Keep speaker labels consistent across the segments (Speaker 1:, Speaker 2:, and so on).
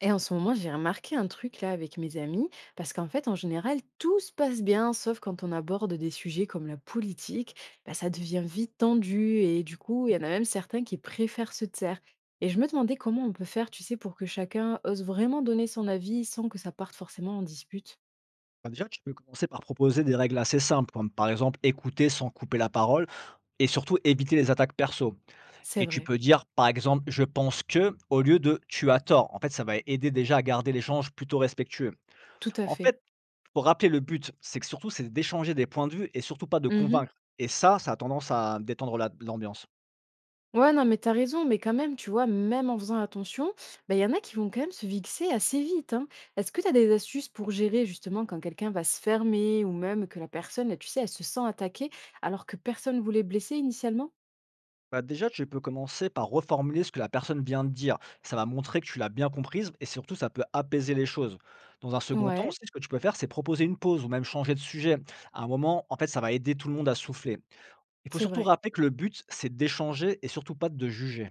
Speaker 1: Et en ce moment, j'ai remarqué un truc là avec mes amis, parce qu'en fait, en général, tout se passe bien, sauf quand on aborde des sujets comme la politique, bah, ça devient vite tendu, et du coup, il y en a même certains qui préfèrent se taire. Et je me demandais comment on peut faire, tu sais, pour que chacun ose vraiment donner son avis sans que ça parte forcément en dispute.
Speaker 2: Bah, déjà, tu peux commencer par proposer des règles assez simples, comme par exemple écouter sans couper la parole et surtout éviter les attaques perso.
Speaker 1: C'est
Speaker 2: Et tu
Speaker 1: vrai,
Speaker 2: peux dire par exemple je pense que au lieu de tu as tort. En fait, ça va aider déjà à garder l'échange plutôt respectueux.
Speaker 1: tout à
Speaker 2: En
Speaker 1: fait.
Speaker 2: fait, pour rappeler le but, c'est que surtout c'est d'échanger des points de vue et surtout pas de convaincre. Et ça a tendance à détendre l'ambiance.
Speaker 1: Ouais, non, mais t'as raison, mais quand même, tu vois, même en faisant attention, bah, il y en a qui vont quand même se vexer assez vite, hein. Est-ce que t'as des astuces pour gérer justement quand quelqu'un va se fermer ou même que la personne, tu sais, elle se sent attaquée alors que personne voulait blesser initialement?
Speaker 2: Bah déjà, tu peux commencer par reformuler ce que la personne vient de dire. Ça va montrer que tu l'as bien comprise et surtout, ça peut apaiser les choses. Dans un second temps
Speaker 1: Ouais,
Speaker 2: aussi, ce que tu peux faire, c'est proposer une pause ou même changer de sujet. À un moment, en fait, ça va aider tout le monde à souffler. Il faut
Speaker 1: c'est
Speaker 2: surtout
Speaker 1: vrai.
Speaker 2: rappeler que le but, c'est d'échanger et surtout pas de juger.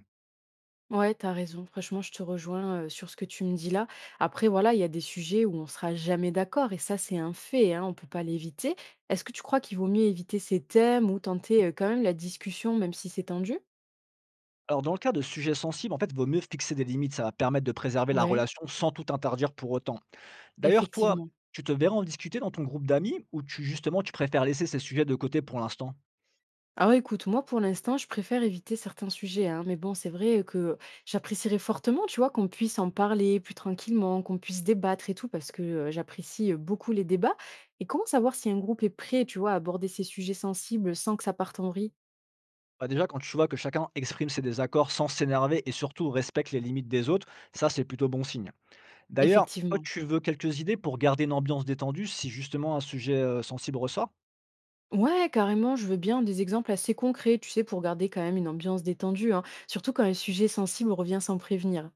Speaker 1: Ouais, t'as raison. Franchement, je te rejoins sur ce que tu me dis là. Après, voilà, il y a des sujets où on sera jamais d'accord et ça, c'est un fait, hein, on peut pas l'éviter. Est-ce que tu crois qu'il vaut mieux éviter ces thèmes ou tenter quand même la discussion, même si c'est tendu?
Speaker 2: Alors, dans le cas de sujets sensibles, en fait, vaut mieux fixer des limites. Ça va permettre de préserver la
Speaker 1: Ouais,
Speaker 2: relation sans tout interdire pour autant. D'ailleurs, toi,
Speaker 1: effectivement.
Speaker 2: tu te verras en discuter dans ton groupe d'amis ou tu justement tu préfères laisser ces sujets de côté pour l'instant?
Speaker 1: Ah ouais, écoute, moi, pour l'instant, je préfère éviter certains sujets, hein, mais bon, c'est vrai que j'apprécierais fortement, tu vois, qu'on puisse en parler plus tranquillement, qu'on puisse débattre et tout, parce que j'apprécie beaucoup les débats. Et comment savoir si un groupe est prêt, tu vois, à aborder ces sujets sensibles sans que ça parte en vrille?
Speaker 2: Bah, déjà, quand tu vois que chacun exprime ses désaccords sans s'énerver et surtout respecte les limites des autres, ça c'est plutôt bon signe. D'ailleurs, toi,
Speaker 1: Effectivement.
Speaker 2: tu veux quelques idées pour garder une ambiance détendue si justement un sujet sensible ressort?
Speaker 1: Ouais, carrément, je veux bien des exemples assez concrets, tu sais, pour garder quand même une ambiance détendue, hein, surtout quand un sujet sensible revient sans prévenir.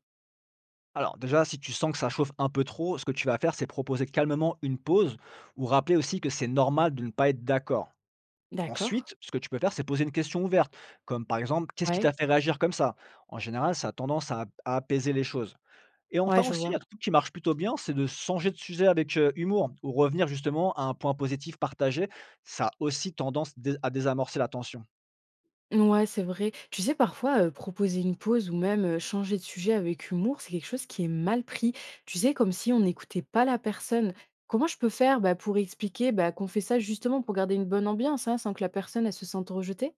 Speaker 2: Alors déjà, si tu sens que ça chauffe un peu trop, ce que tu vas faire, c'est proposer calmement une pause ou rappeler aussi que c'est normal de ne pas être d'accord.
Speaker 1: D'accord?
Speaker 2: Ensuite, ce que tu peux faire, c'est poser une question ouverte, comme par exemple, qu'est-ce qui t'a
Speaker 1: Ouais,
Speaker 2: fait réagir comme ça? En général, ça a tendance à apaiser les choses. Et enfin
Speaker 1: ouais, je
Speaker 2: aussi,
Speaker 1: vois.
Speaker 2: un truc qui marche plutôt bien, c'est de changer de sujet avec humour ou revenir justement à un point positif partagé. Ça a aussi tendance à désamorcer la tension.
Speaker 1: Ouais, c'est vrai. Tu sais, parfois, proposer une pause ou même, changer de sujet avec humour, c'est quelque chose qui est mal pris. Tu sais, comme si on n'écoutait pas la personne. Comment je peux faire, bah, pour expliquer, bah, qu'on fait ça justement pour garder une bonne ambiance, hein, sans que la personne, elle se sente rejetée?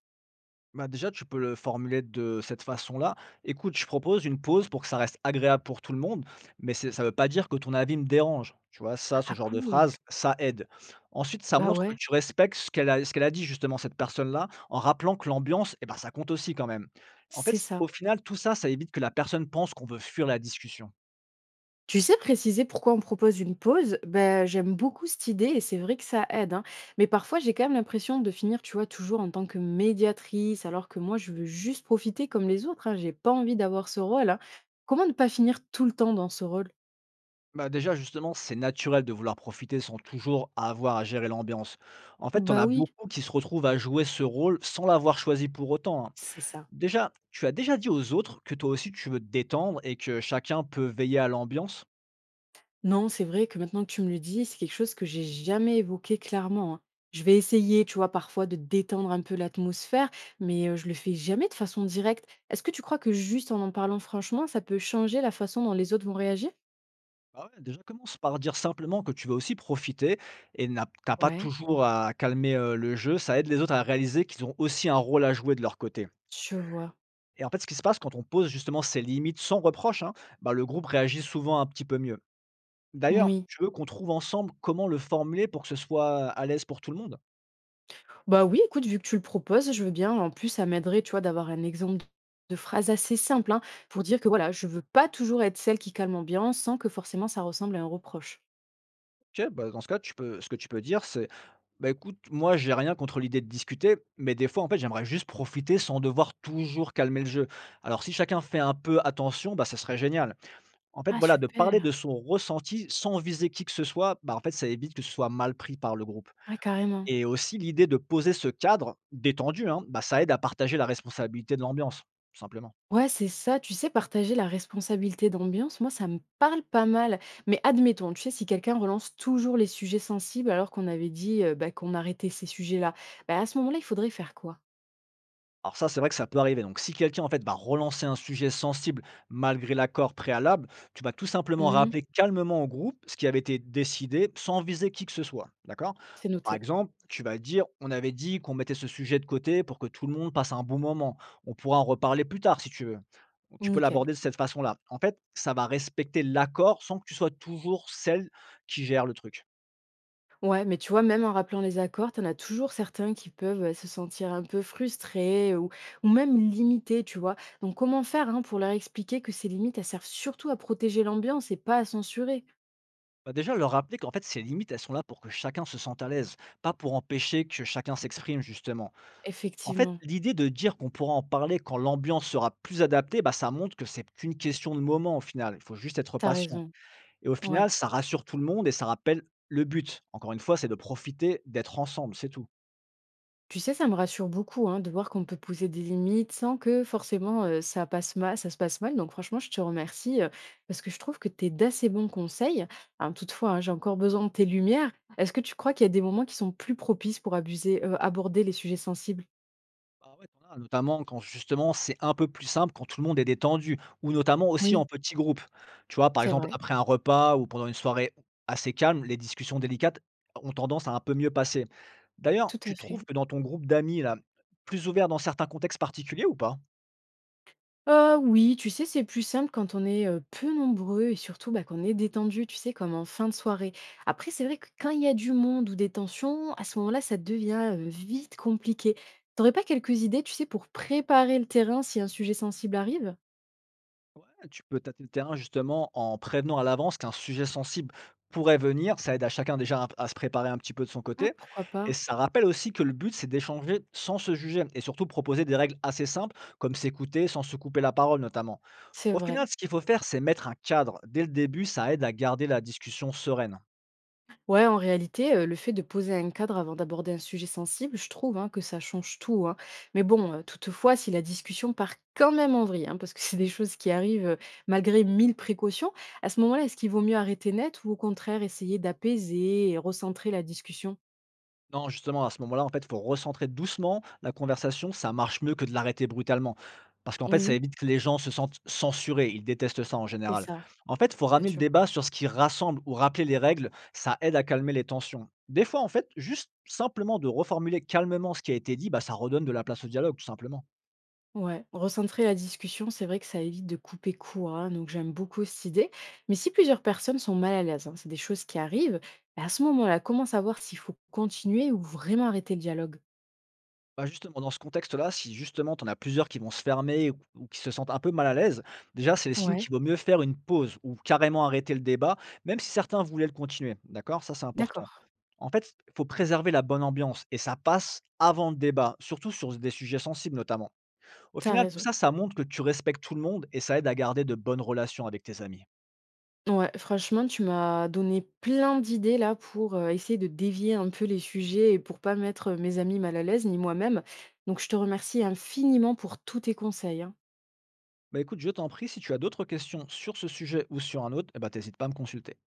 Speaker 2: Bah, déjà, tu peux le formuler de cette façon-là. Écoute, je propose une pause pour que ça reste agréable pour tout le monde, mais ça ne veut pas dire que ton avis me dérange. Tu vois, ça, ce
Speaker 1: Ah
Speaker 2: genre de
Speaker 1: cool!
Speaker 2: phrase, ça aide. Ensuite, ça
Speaker 1: Bah
Speaker 2: montre que
Speaker 1: ouais,
Speaker 2: tu respectes ce qu'elle a dit, justement, cette personne-là, en rappelant que l'ambiance, eh ben, ça compte aussi quand même. En
Speaker 1: c'est
Speaker 2: fait,
Speaker 1: ça.
Speaker 2: au final, tout ça, ça évite que la personne pense qu'on veut fuir la discussion.
Speaker 1: Tu sais préciser pourquoi on propose une pause? Ben j'aime beaucoup cette idée et c'est vrai que ça aide, hein. Mais parfois, j'ai quand même l'impression de finir, tu vois, toujours en tant que médiatrice, alors que moi, je veux juste profiter comme les autres, hein. J'ai pas envie d'avoir ce rôle, hein. Comment ne pas finir tout le temps dans ce rôle?
Speaker 2: Bah, déjà, justement, c'est naturel de vouloir profiter sans toujours avoir à gérer l'ambiance. En fait, on
Speaker 1: Bah
Speaker 2: a
Speaker 1: oui,
Speaker 2: beaucoup qui se retrouvent à jouer ce rôle sans l'avoir choisi pour autant, hein.
Speaker 1: c'est ça.
Speaker 2: Déjà, tu as déjà dit aux autres que toi aussi tu veux te détendre et que chacun peut veiller à l'ambiance?
Speaker 1: Non, c'est vrai que maintenant que tu me le dis, c'est quelque chose que j'ai jamais évoqué clairement, hein. Je vais essayer, tu vois, parfois de détendre un peu l'atmosphère, mais je le fais jamais de façon directe. Est-ce que tu crois que juste en en parlant franchement, ça peut changer la façon dont les autres vont réagir?
Speaker 2: Ah ouais, déjà commence par dire simplement que tu veux aussi profiter et n'a t'as pas
Speaker 1: Ouais.
Speaker 2: toujours à calmer, le jeu, ça aide les autres à réaliser qu'ils ont aussi un rôle à jouer de leur côté.
Speaker 1: Je vois.
Speaker 2: Et en fait, ce qui se passe quand on pose justement ces limites sans reproche, hein, bah, le groupe réagit souvent un petit peu mieux. D'ailleurs,
Speaker 1: Oui.
Speaker 2: tu veux qu'on trouve ensemble comment le formuler pour que ce soit à l'aise pour tout le monde?
Speaker 1: Bah, oui, écoute, vu que tu le proposes, je veux bien. En plus, ça m'aiderait, tu vois, d'avoir un exemple de phrase assez simple, hein, pour dire que voilà, je veux pas toujours être celle qui calme l'ambiance sans que forcément ça ressemble à un reproche.
Speaker 2: OK, bah, dans ce cas, tu peux ce que tu peux dire, c'est bah, écoute, moi, j'ai rien contre l'idée de discuter, mais des fois, en fait, j'aimerais juste profiter sans devoir toujours calmer le jeu. Alors, si chacun fait un peu attention, bah, ça serait génial. En fait,
Speaker 1: Ah
Speaker 2: voilà, de parler
Speaker 1: super!
Speaker 2: de son ressenti sans viser qui que ce soit, bah, en fait, ça évite que ce soit mal pris par le groupe.
Speaker 1: Ah, carrément.
Speaker 2: Et aussi, l'idée de poser ce cadre détendu, hein, bah, ça aide à partager la responsabilité de l'ambiance, tout simplement.
Speaker 1: Ouais, c'est ça, tu sais, partager la responsabilité d'ambiance, moi, ça me parle pas mal. Mais admettons, tu sais, si quelqu'un relance toujours les sujets sensibles alors qu'on avait dit bah, qu'on arrêtait ces sujets-là, bah, à ce moment-là, il faudrait faire quoi?
Speaker 2: Alors ça, c'est vrai que ça peut arriver. Donc si quelqu'un en fait va relancer un sujet sensible malgré l'accord préalable, tu vas tout simplement
Speaker 1: Hmm,
Speaker 2: rappeler calmement au groupe ce qui avait été décidé sans viser qui que ce soit. D'accord?
Speaker 1: c'est
Speaker 2: Par
Speaker 1: noté.
Speaker 2: exemple, tu vas dire, on avait dit qu'on mettait ce sujet de côté pour que tout le monde passe un bon moment. On pourra en reparler plus tard si tu veux. Donc, tu peux
Speaker 1: Nickel.
Speaker 2: l'aborder de cette façon-là. En fait, ça va respecter l'accord sans que tu sois toujours celle qui gère le truc.
Speaker 1: Ouais, mais tu vois, même en rappelant les accords, t'en as toujours certains qui peuvent se sentir un peu frustrés ou même limités, tu vois. Donc, comment faire hein, pour leur expliquer que ces limites, elles servent surtout à protéger l'ambiance et pas à censurer?
Speaker 2: Bah, déjà, leur rappeler qu'en fait, ces limites, elles sont là pour que chacun se sente à l'aise, pas pour empêcher que chacun s'exprime justement. En fait,
Speaker 1: Effectivement,
Speaker 2: l'idée de dire qu'on pourra en parler quand l'ambiance sera plus adaptée, bah, ça montre que c'est qu'une question de moment au final. Il faut juste être
Speaker 1: t'as
Speaker 2: patient.
Speaker 1: raison.
Speaker 2: Et au final,
Speaker 1: Ouais.
Speaker 2: ça rassure tout le monde et ça rappelle le but. Encore une fois, c'est de profiter d'être ensemble, c'est tout.
Speaker 1: Tu sais, ça me rassure beaucoup hein, de voir qu'on peut poser des limites sans que forcément ça passe mal, ça se passe mal. Donc franchement, je te remercie parce que je trouve que tu es d'assez bons conseils. Hein, toutefois, hein, j'ai encore besoin de tes lumières. Est-ce que tu crois qu'il y a des moments qui sont plus propices pour aborder les sujets sensibles?
Speaker 2: Ah ouais, t'en as, notamment quand justement c'est un peu plus simple, quand tout le monde est détendu, ou notamment aussi en
Speaker 1: Oui,
Speaker 2: petits groupes. Tu vois, par
Speaker 1: c'est
Speaker 2: exemple,
Speaker 1: vrai,
Speaker 2: après un repas ou pendant une soirée assez calme, les discussions délicates ont tendance à un peu mieux passer. D'ailleurs,
Speaker 1: tout à
Speaker 2: tu
Speaker 1: fait.
Speaker 2: trouves que dans ton groupe d'amis, là, plus ouvert dans certains contextes particuliers ou pas?
Speaker 1: Oui, tu sais, c'est plus simple quand on est, peu nombreux et surtout, bah, qu'on est détendu, tu sais, comme en fin de soirée. Après, c'est vrai que quand il y a du monde ou des tensions, à ce moment-là, ça devient, vite compliqué. T'aurais pas quelques idées, tu sais, pour préparer le terrain si un sujet sensible arrive?
Speaker 2: Tu peux tâter le terrain justement en prévenant à l'avance qu'un sujet sensible pourrait venir. Ça aide à chacun déjà à se préparer un petit peu de son
Speaker 1: Ah,
Speaker 2: côté.
Speaker 1: pourquoi
Speaker 2: Et
Speaker 1: pas?
Speaker 2: ça rappelle aussi que le but, c'est d'échanger sans se juger et surtout proposer des règles assez simples, comme s'écouter sans se couper la parole notamment.
Speaker 1: C'est
Speaker 2: Au final,
Speaker 1: vrai.
Speaker 2: ce qu'il faut faire, c'est mettre un cadre. Dès le début, ça aide à garder la discussion sereine.
Speaker 1: Ouais, en réalité, le fait de poser un cadre avant d'aborder un sujet sensible, je trouve, hein, que ça change tout, hein. Mais bon, toutefois, si la discussion part quand même en vrille, hein, parce que c'est des choses qui arrivent, malgré 1000 précautions, à ce moment-là, est-ce qu'il vaut mieux arrêter net ou au contraire essayer d'apaiser et recentrer la discussion?
Speaker 2: Non, justement, à ce moment-là, en fait, il faut recentrer doucement la conversation. Ça marche mieux que de l'arrêter brutalement. Parce qu'en fait, ça
Speaker 1: Oui,
Speaker 2: évite que les gens se sentent censurés. Ils détestent ça en
Speaker 1: c'est
Speaker 2: général.
Speaker 1: ça,
Speaker 2: En fait, il faut
Speaker 1: bien
Speaker 2: ramener le
Speaker 1: sûr.
Speaker 2: débat sur ce qui rassemble ou rappeler les règles. Ça aide à calmer les tensions. Des fois, en fait, juste simplement de reformuler calmement ce qui a été dit, bah, ça redonne de la place au dialogue, tout simplement.
Speaker 1: Ouais, recentrer la discussion, c'est vrai que ça évite de couper court, hein, donc j'aime beaucoup cette idée. Mais si plusieurs personnes sont mal à l'aise, hein, c'est des choses qui arrivent, à ce moment-là, comment savoir s'il faut continuer ou vraiment arrêter le dialogue?
Speaker 2: Bah, justement, dans ce contexte-là, si justement tu en as plusieurs qui vont se fermer ou qui se sentent un peu mal à l'aise, déjà, c'est le signe
Speaker 1: Ouais,
Speaker 2: qu'il vaut mieux faire une pause ou carrément arrêter le débat, même si certains voulaient le continuer, d'accord? Ça, c'est important.
Speaker 1: d'accord.
Speaker 2: En fait, il faut préserver la bonne ambiance et ça passe avant le débat, surtout sur des sujets sensibles notamment. Au
Speaker 1: T'as
Speaker 2: final, tout
Speaker 1: raison.
Speaker 2: ça, ça montre que tu respectes tout le monde et ça aide à garder de bonnes relations avec tes amis.
Speaker 1: Ouais, franchement, tu m'as donné plein d'idées là pour essayer de dévier un peu les sujets et pour pas mettre mes amis mal à l'aise, ni moi-même. Donc je te remercie infiniment pour tous tes conseils, hein.
Speaker 2: Bah, écoute, je t'en prie, si tu as d'autres questions sur ce sujet ou sur un autre, eh ben, t'hésites pas à me consulter.